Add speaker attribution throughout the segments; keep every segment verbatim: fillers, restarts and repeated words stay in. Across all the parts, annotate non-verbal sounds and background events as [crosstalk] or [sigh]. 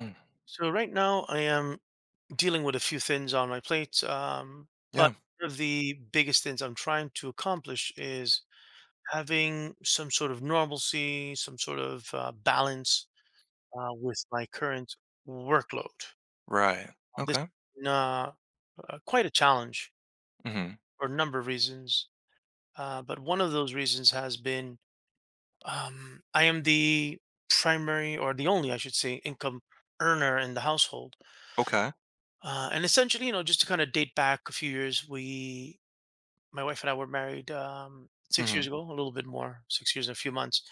Speaker 1: Mm.
Speaker 2: So right now I am dealing with a few things on my plate. Um, but
Speaker 1: Yeah.
Speaker 2: one of the biggest things I'm trying to accomplish is having some sort of normalcy, some sort of uh, balance uh, with my current workload.
Speaker 1: Right.
Speaker 2: Uh, This
Speaker 1: Okay.
Speaker 2: is uh, uh, quite a challenge
Speaker 1: Mhm.
Speaker 2: for a number of reasons. Uh, but one of those reasons has been um, I am the primary, or the only, I should say, income earner in the household.
Speaker 1: Okay.
Speaker 2: Uh, and essentially, you know, just to kind of date back a few years, we, my wife and I were married um, six years
Speaker 1: Mhm.
Speaker 2: ago, a little bit more, six years and a few months.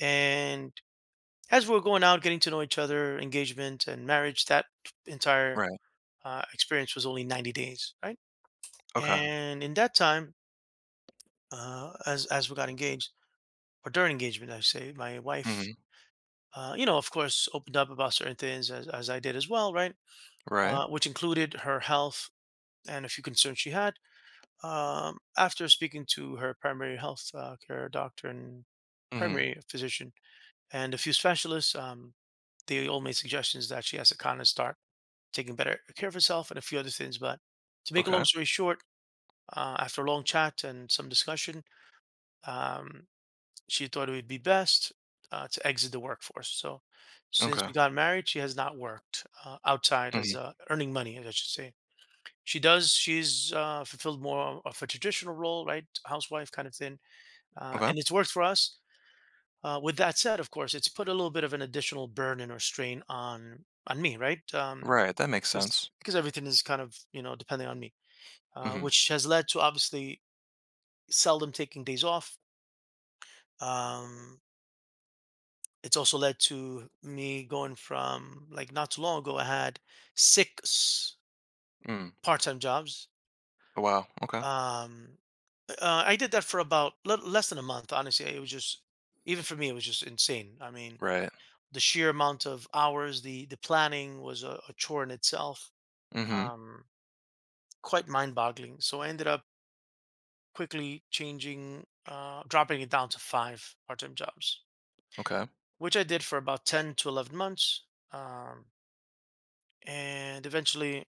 Speaker 2: And as we were going out, getting to know each other, engagement and marriage, that entire
Speaker 1: Right.
Speaker 2: uh, experience was only ninety days, right?
Speaker 1: Okay.
Speaker 2: And in that time, uh, as as we got engaged, or during engagement, I say, my wife,
Speaker 1: Mhm.
Speaker 2: uh, you know, of course, opened up about certain things, as, as I did as well, right?
Speaker 1: Right.
Speaker 2: Uh, which included her health and a few concerns she had um, after speaking to her primary health uh, care doctor and
Speaker 1: Mhm.
Speaker 2: primary physician and a few specialists. Um, they all made suggestions that she has to kind of start taking better care of herself and a few other things. But to make a long
Speaker 1: Okay.
Speaker 2: story short, uh, after a long chat and some discussion, um, she thought it would be best uh, to exit the workforce. So since
Speaker 1: Okay.
Speaker 2: we got married, she has not worked uh, outside, as
Speaker 1: Mhm.
Speaker 2: uh, earning money, as I should say, she does she's uh fulfilled more of a traditional role, right? Housewife kind of thing, uh,
Speaker 1: Okay.
Speaker 2: and it's worked for us. Uh, with that said, of course, it's put a little bit of an additional burden or strain on on me, right? Um,
Speaker 1: Right. That makes
Speaker 2: because
Speaker 1: sense.
Speaker 2: because everything is kind of you know depending on me, uh,
Speaker 1: Mhm.
Speaker 2: which has led to obviously seldom taking days off. Um, it's also led to me going from, like, not too long ago, I had six
Speaker 1: Mm.
Speaker 2: part-time jobs.
Speaker 1: Oh, Wow. Okay.
Speaker 2: Um, uh, I did that for about le- less than a month. Honestly, it was just, even for me, it was just insane. I mean,
Speaker 1: Right.
Speaker 2: the sheer amount of hours, the the planning was a, a chore in itself,
Speaker 1: Mhm.
Speaker 2: um, quite mind-boggling. So I ended up quickly changing, uh, dropping it down to five part-time jobs,
Speaker 1: Okay.
Speaker 2: which I did for about ten to eleven months, um, and eventually.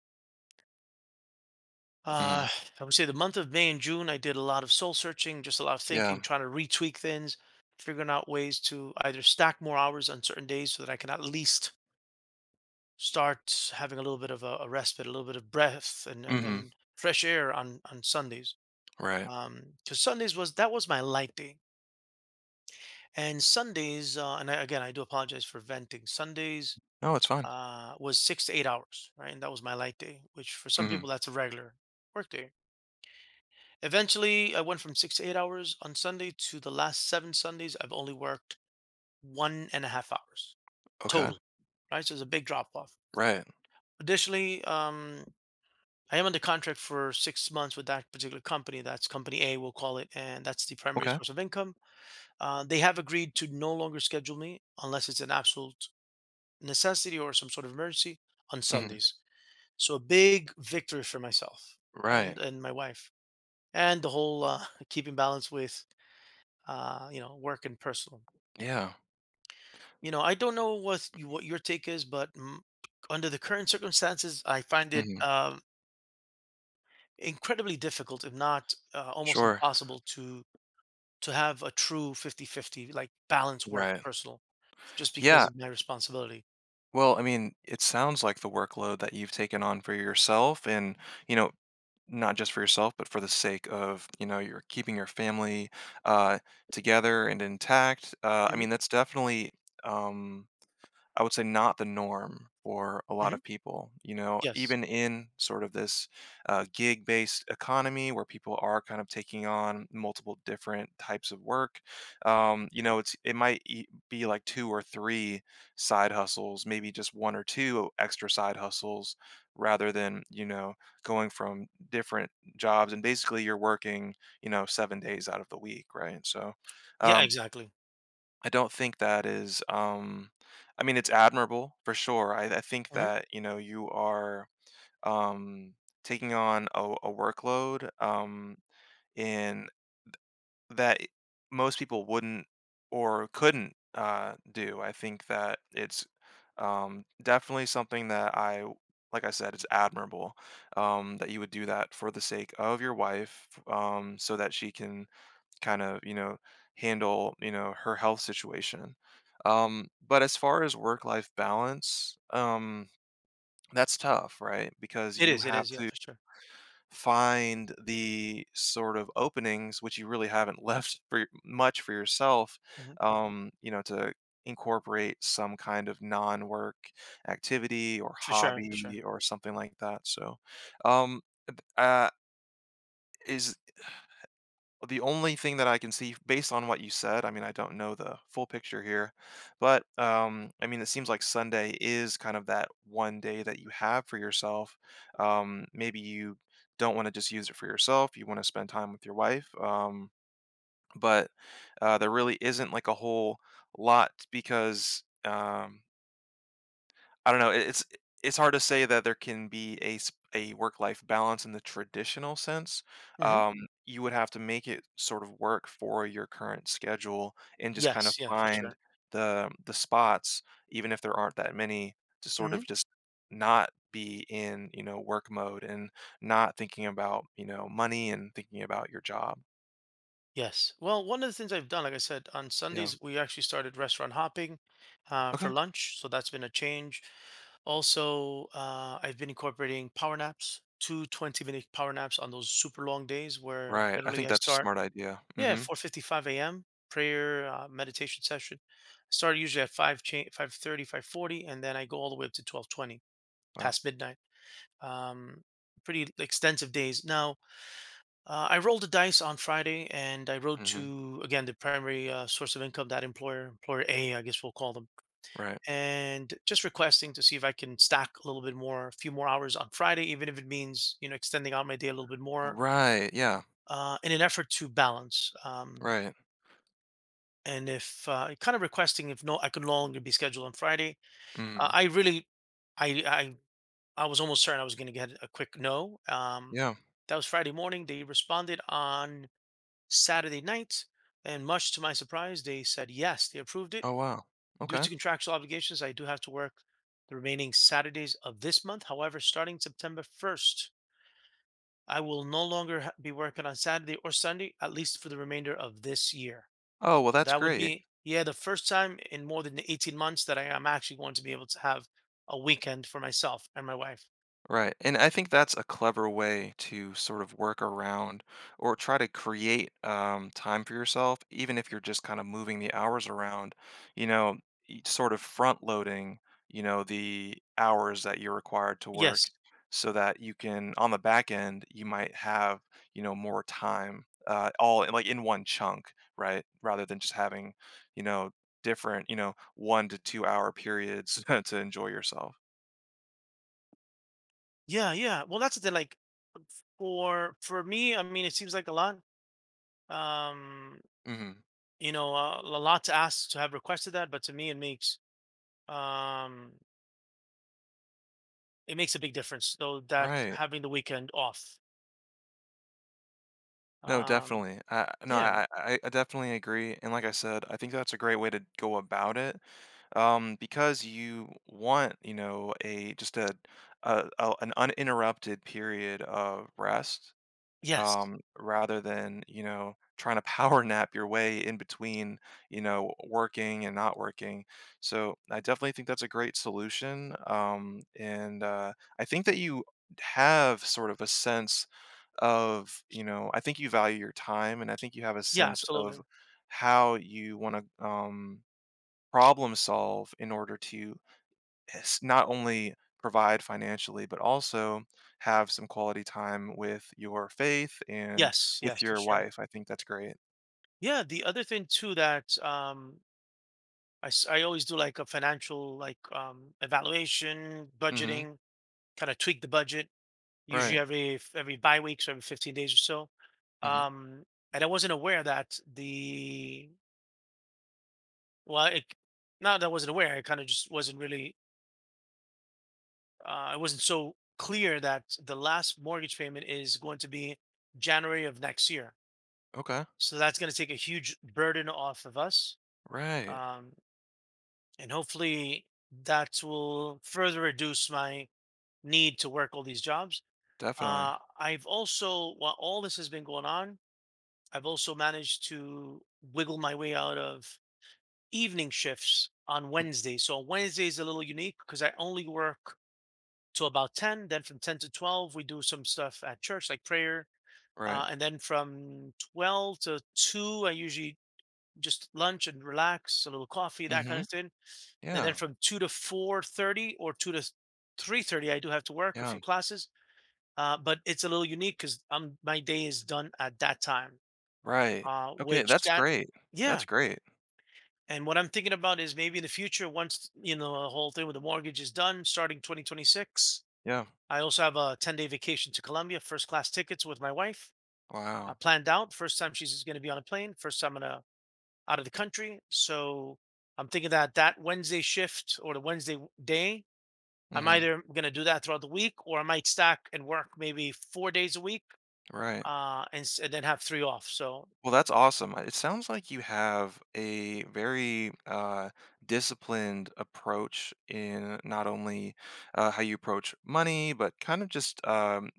Speaker 2: Uh,
Speaker 1: Mhm.
Speaker 2: I would say the month of May and June, I did a lot of soul searching, just a lot of thinking,
Speaker 1: Yeah.
Speaker 2: trying to retweak things, figuring out ways to either stack more hours on certain days so that I can at least start having a little bit of a, a respite, a little bit of breath and, and,
Speaker 1: Mhm.
Speaker 2: and fresh air on, on Sundays.
Speaker 1: Right.
Speaker 2: Um, cause Sundays was, that was my light day. And Sundays, uh, and I, again, I do apologize for venting. Sundays,
Speaker 1: No, it's fine.
Speaker 2: uh, was six to eight hours, right? And that was my light day, which, for some
Speaker 1: Mhm.
Speaker 2: people, that's a regular work day. Eventually, I went from six to eight hours on Sunday to the last seven Sundays. I've only worked one and a half hours
Speaker 1: Okay.
Speaker 2: total, right? So it's a big drop off.
Speaker 1: Right.
Speaker 2: Additionally, um, I am under contract for six months with that particular company. That's company A, we'll call it, and that's the primary
Speaker 1: Okay.
Speaker 2: source of income. Uh, they have agreed to no longer schedule me unless it's an absolute necessity or some sort of emergency on
Speaker 1: Mhm.
Speaker 2: Sundays. So a big victory for myself and
Speaker 1: Right.
Speaker 2: and my wife and the whole uh, [laughs] keeping balance with uh, you know work and personal.
Speaker 1: Yeah.
Speaker 2: You know, I don't know what you, what your take is, but mm, under the current circumstances, I find it
Speaker 1: Mhm.
Speaker 2: um, incredibly difficult, if not uh, almost
Speaker 1: Sure.
Speaker 2: impossible, to to have a true fifty-fifty, like, balance, work,
Speaker 1: Right.
Speaker 2: personal, just because
Speaker 1: Yeah.
Speaker 2: of my responsibility.
Speaker 1: Well, I mean, it sounds like the workload that you've taken on for yourself and, you know, not just for yourself, but for the sake of you know you're keeping your family uh, together and intact. Uh, I
Speaker 2: Mhm,
Speaker 1: mean, that's definitely um, I would say not the norm for a lot
Speaker 2: mhm,
Speaker 1: of people. You know,
Speaker 2: yes.
Speaker 1: even in sort of this uh, gig based economy where people are kind of taking on multiple different types of work, um, you know, it's it might e- be like two or three side hustles, maybe just one or two extra side hustles rather than, you know, going from different jobs and basically you're working, you know, seven days out of the week, right? So,
Speaker 2: Yeah,
Speaker 1: um,
Speaker 2: exactly.
Speaker 1: I don't think that is, um, I mean, it's admirable for sure. I, I think
Speaker 2: Mhm.
Speaker 1: that, you know, you are um, taking on a, a workload um, in that most people wouldn't or couldn't uh, do. I think that it's um, definitely something that I, like I said, it's admirable um, that you would do that for the sake of your wife, um, so that she can kind of you know handle you know her health situation, um but as far as work life balance, um that's tough, right? Because
Speaker 2: It
Speaker 1: you
Speaker 2: is, it
Speaker 1: have
Speaker 2: is, yeah,
Speaker 1: to
Speaker 2: for sure.
Speaker 1: find the sort of openings which you really haven't [laughs] left for y- much for yourself,
Speaker 2: Mhm.
Speaker 1: um you know to incorporate some kind of non-work activity or
Speaker 2: For sure, for sure.
Speaker 1: hobby or something like that. So um th- uh is the only thing that I can see based on what you said, I mean, I don't know the full picture here, but um, I mean, it seems like Sunday is kind of that one day that you have for yourself. Um, maybe you don't want to just use it for yourself, you want to spend time with your wife. Um, but uh, there really isn't like a whole lot because. Um, I don't know. It's it's hard to say that there can be a s- a work life balance in the traditional sense.
Speaker 2: Mhm.
Speaker 1: Um, you would have to make it sort of work for your current schedule and just kind of
Speaker 2: Yes, yeah, for sure.
Speaker 1: find the the spots, even if there aren't that many, to sort
Speaker 2: Mhm.
Speaker 1: of just not be in you know work mode and not thinking about you know money and thinking about your job.
Speaker 2: Yes. Well, one of the things I've done, like I said, on
Speaker 1: Yeah.
Speaker 2: Sundays, we actually started restaurant hopping, uh, for
Speaker 1: Okay.
Speaker 2: lunch, so that's been a change. Also, uh, I've been incorporating power naps, Two twenty minute power naps on those super long days where
Speaker 1: Right. I
Speaker 2: generally
Speaker 1: think
Speaker 2: I
Speaker 1: that's a
Speaker 2: start.
Speaker 1: smart idea.
Speaker 2: Yeah.
Speaker 1: Mm-hmm.
Speaker 2: four fifty-five a m prayer, uh, meditation session. I start usually at five cha- five thirty, five forty, and then I go all the way up to twelve twenty
Speaker 1: Wow.
Speaker 2: past midnight. Um pretty extensive days. Now, uh, I rolled the dice on Friday and I wrote
Speaker 1: Mm-hmm.
Speaker 2: to, again, the primary uh, source of income, that employer, employer, A, I guess we'll call them.
Speaker 1: Right.
Speaker 2: And just requesting to see if I can stack a little bit more, a few more hours on Friday, even if it means, you know, extending out my day a little bit more
Speaker 1: Right. Yeah.
Speaker 2: uh, in an effort to balance. Um,
Speaker 1: Right.
Speaker 2: and if, uh, kind of requesting, if no, I could no longer be scheduled on Friday. Uh,
Speaker 1: Mm.
Speaker 2: I really, I, I, I was almost certain I was going to get a quick no. Um,
Speaker 1: Yeah.
Speaker 2: that was Friday morning. They responded on Saturday night, and much to my surprise, they said yes, they approved it.
Speaker 1: Oh, wow.
Speaker 2: Due
Speaker 1: Okay.
Speaker 2: to contractual obligations, I do have to work the remaining Saturdays of this month. However, starting September first, I will no longer ha- be working on Saturday or Sunday, at least for the remainder of this year.
Speaker 1: Oh, well,
Speaker 2: So
Speaker 1: that's
Speaker 2: that would
Speaker 1: great.
Speaker 2: be, yeah, the first time in more than eighteen months that I am actually going to be able to have a weekend for myself and my wife.
Speaker 1: Right. And I think that's a clever way to sort of work around or try to create um, time for yourself, even if you're just kind of moving the hours around, you know, y- sort of front loading, you know, the hours that you're required to work
Speaker 2: Yes.
Speaker 1: so that you can, on the back end, you might have, you know, more time uh, all in- like in one chunk, right? Rather than just having, you know, different, you know, one to two hour periods [laughs] to enjoy yourself.
Speaker 2: Yeah, yeah. Well, that's the thing. Like, for for me, I mean, it seems like a lot. Um,
Speaker 1: hmm
Speaker 2: you know, a, a lot to ask to have requested that, but to me, it makes um it makes a big difference. So that,
Speaker 1: Right.
Speaker 2: having the weekend off.
Speaker 1: No,
Speaker 2: Um,
Speaker 1: definitely. I no,
Speaker 2: yeah.
Speaker 1: I I I definitely agree, and like I said, I think that's a great way to go about it, um, because you want, you know, a just a a a an uninterrupted period of rest,
Speaker 2: Yes.
Speaker 1: um, rather than, you know, trying to power [laughs] nap your way in between, you know, working and not working. So, I definitely think that's a great solution, um, and, uh, I think that you have sort of a sense of, you know, I think you value your time and I think you have a
Speaker 2: Yeah.
Speaker 1: sense of
Speaker 2: Absolutely.
Speaker 1: how you want to um, problem solve in order to s- not only provide financially, but also have some quality time with your faith and
Speaker 2: Yes.
Speaker 1: with
Speaker 2: Yes. For
Speaker 1: your
Speaker 2: sure.
Speaker 1: wife. I think that's great.
Speaker 2: Yeah. The other thing too that um I, s- I always do, like, a financial, like, um evaluation,
Speaker 1: Mm-hmm.
Speaker 2: budgeting, kind of tweak the budget usually
Speaker 1: Right.
Speaker 2: every f- every bi weeks or every fifteen days or so.
Speaker 1: Mm-hmm.
Speaker 2: Um and I wasn't aware that the, well it not that I wasn't aware, I kind of just wasn't really uh I wasn't so clear that the last mortgage payment is going to be January of next year.
Speaker 1: Okay.
Speaker 2: So that's going to take a huge burden off of us.
Speaker 1: Right.
Speaker 2: Um and hopefully that will further reduce my need to work all these jobs.
Speaker 1: Definitely.
Speaker 2: Uh, I've also, while all this has been going on, I've also managed to wiggle my way out of evening shifts on
Speaker 1: Mm,
Speaker 2: Wednesday. So Wednesday is a little unique because I only work to about ten. Then from ten to twelve, we do some stuff at church, like prayer.
Speaker 1: Right.
Speaker 2: Uh, and then from twelve to two, I usually just lunch and relax, a little coffee, that kind
Speaker 1: Mm-hmm.
Speaker 2: of thing. And then
Speaker 1: Yeah.
Speaker 2: from two to four thirty, or two to three thirty, I do have to work a few
Speaker 1: Yeah.
Speaker 2: classes. Uh, but it's a little unique because um my day is done at that time.
Speaker 1: Right.
Speaker 2: Uh,
Speaker 1: Okay.
Speaker 2: which
Speaker 1: That's
Speaker 2: that
Speaker 1: great.
Speaker 2: yeah.
Speaker 1: That's great.
Speaker 2: And what I'm thinking about is maybe in the future, once you know the whole thing with the mortgage is done, starting twenty twenty-six,
Speaker 1: Yeah.
Speaker 2: I also have a ten day vacation to Colombia, first class tickets with my wife uh,
Speaker 1: Wow.
Speaker 2: planned out. First time she's going to be on a plane. First time I'm gonna out of the country. So I'm thinking that that Wednesday shift, or the Wednesday w- day, I'm
Speaker 1: Mm-hmm.
Speaker 2: either going to do that throughout the week, or I might stack and work maybe four days a week,
Speaker 1: Right.
Speaker 2: uh, and, s- and then have three off. So
Speaker 1: Well, that's awesome. Uh, It sounds like you have a very uh, disciplined approach in not only uh, how you approach money, but kind of just um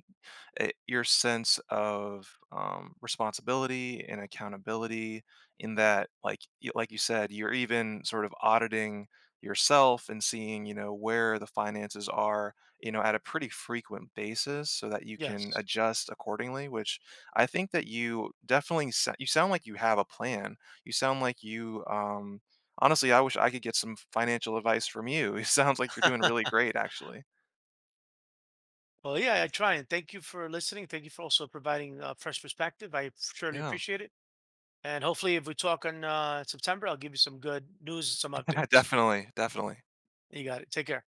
Speaker 1: it, your sense of um, responsibility and accountability, in that, like y- like you said, you're even sort of auditing yourself and seeing you know where the finances are, you know at a pretty frequent basis, so that you can
Speaker 2: yes,
Speaker 1: adjust accordingly, which i think that you definitely sa- you sound like you have a plan, you sound like you um honestly i wish i could get some financial advice from you. [laughs] It sounds like you're doing really great, actually.
Speaker 2: well, yeah, I try. And thank you for listening. Thank you for also providing a fresh perspective. I surely
Speaker 1: Yeah.
Speaker 2: appreciate it. And hopefully, if we talk in uh, September, I'll give you some good news and some
Speaker 1: [laughs]
Speaker 2: updates.
Speaker 1: Definitely, definitely.
Speaker 2: You got it. Take care.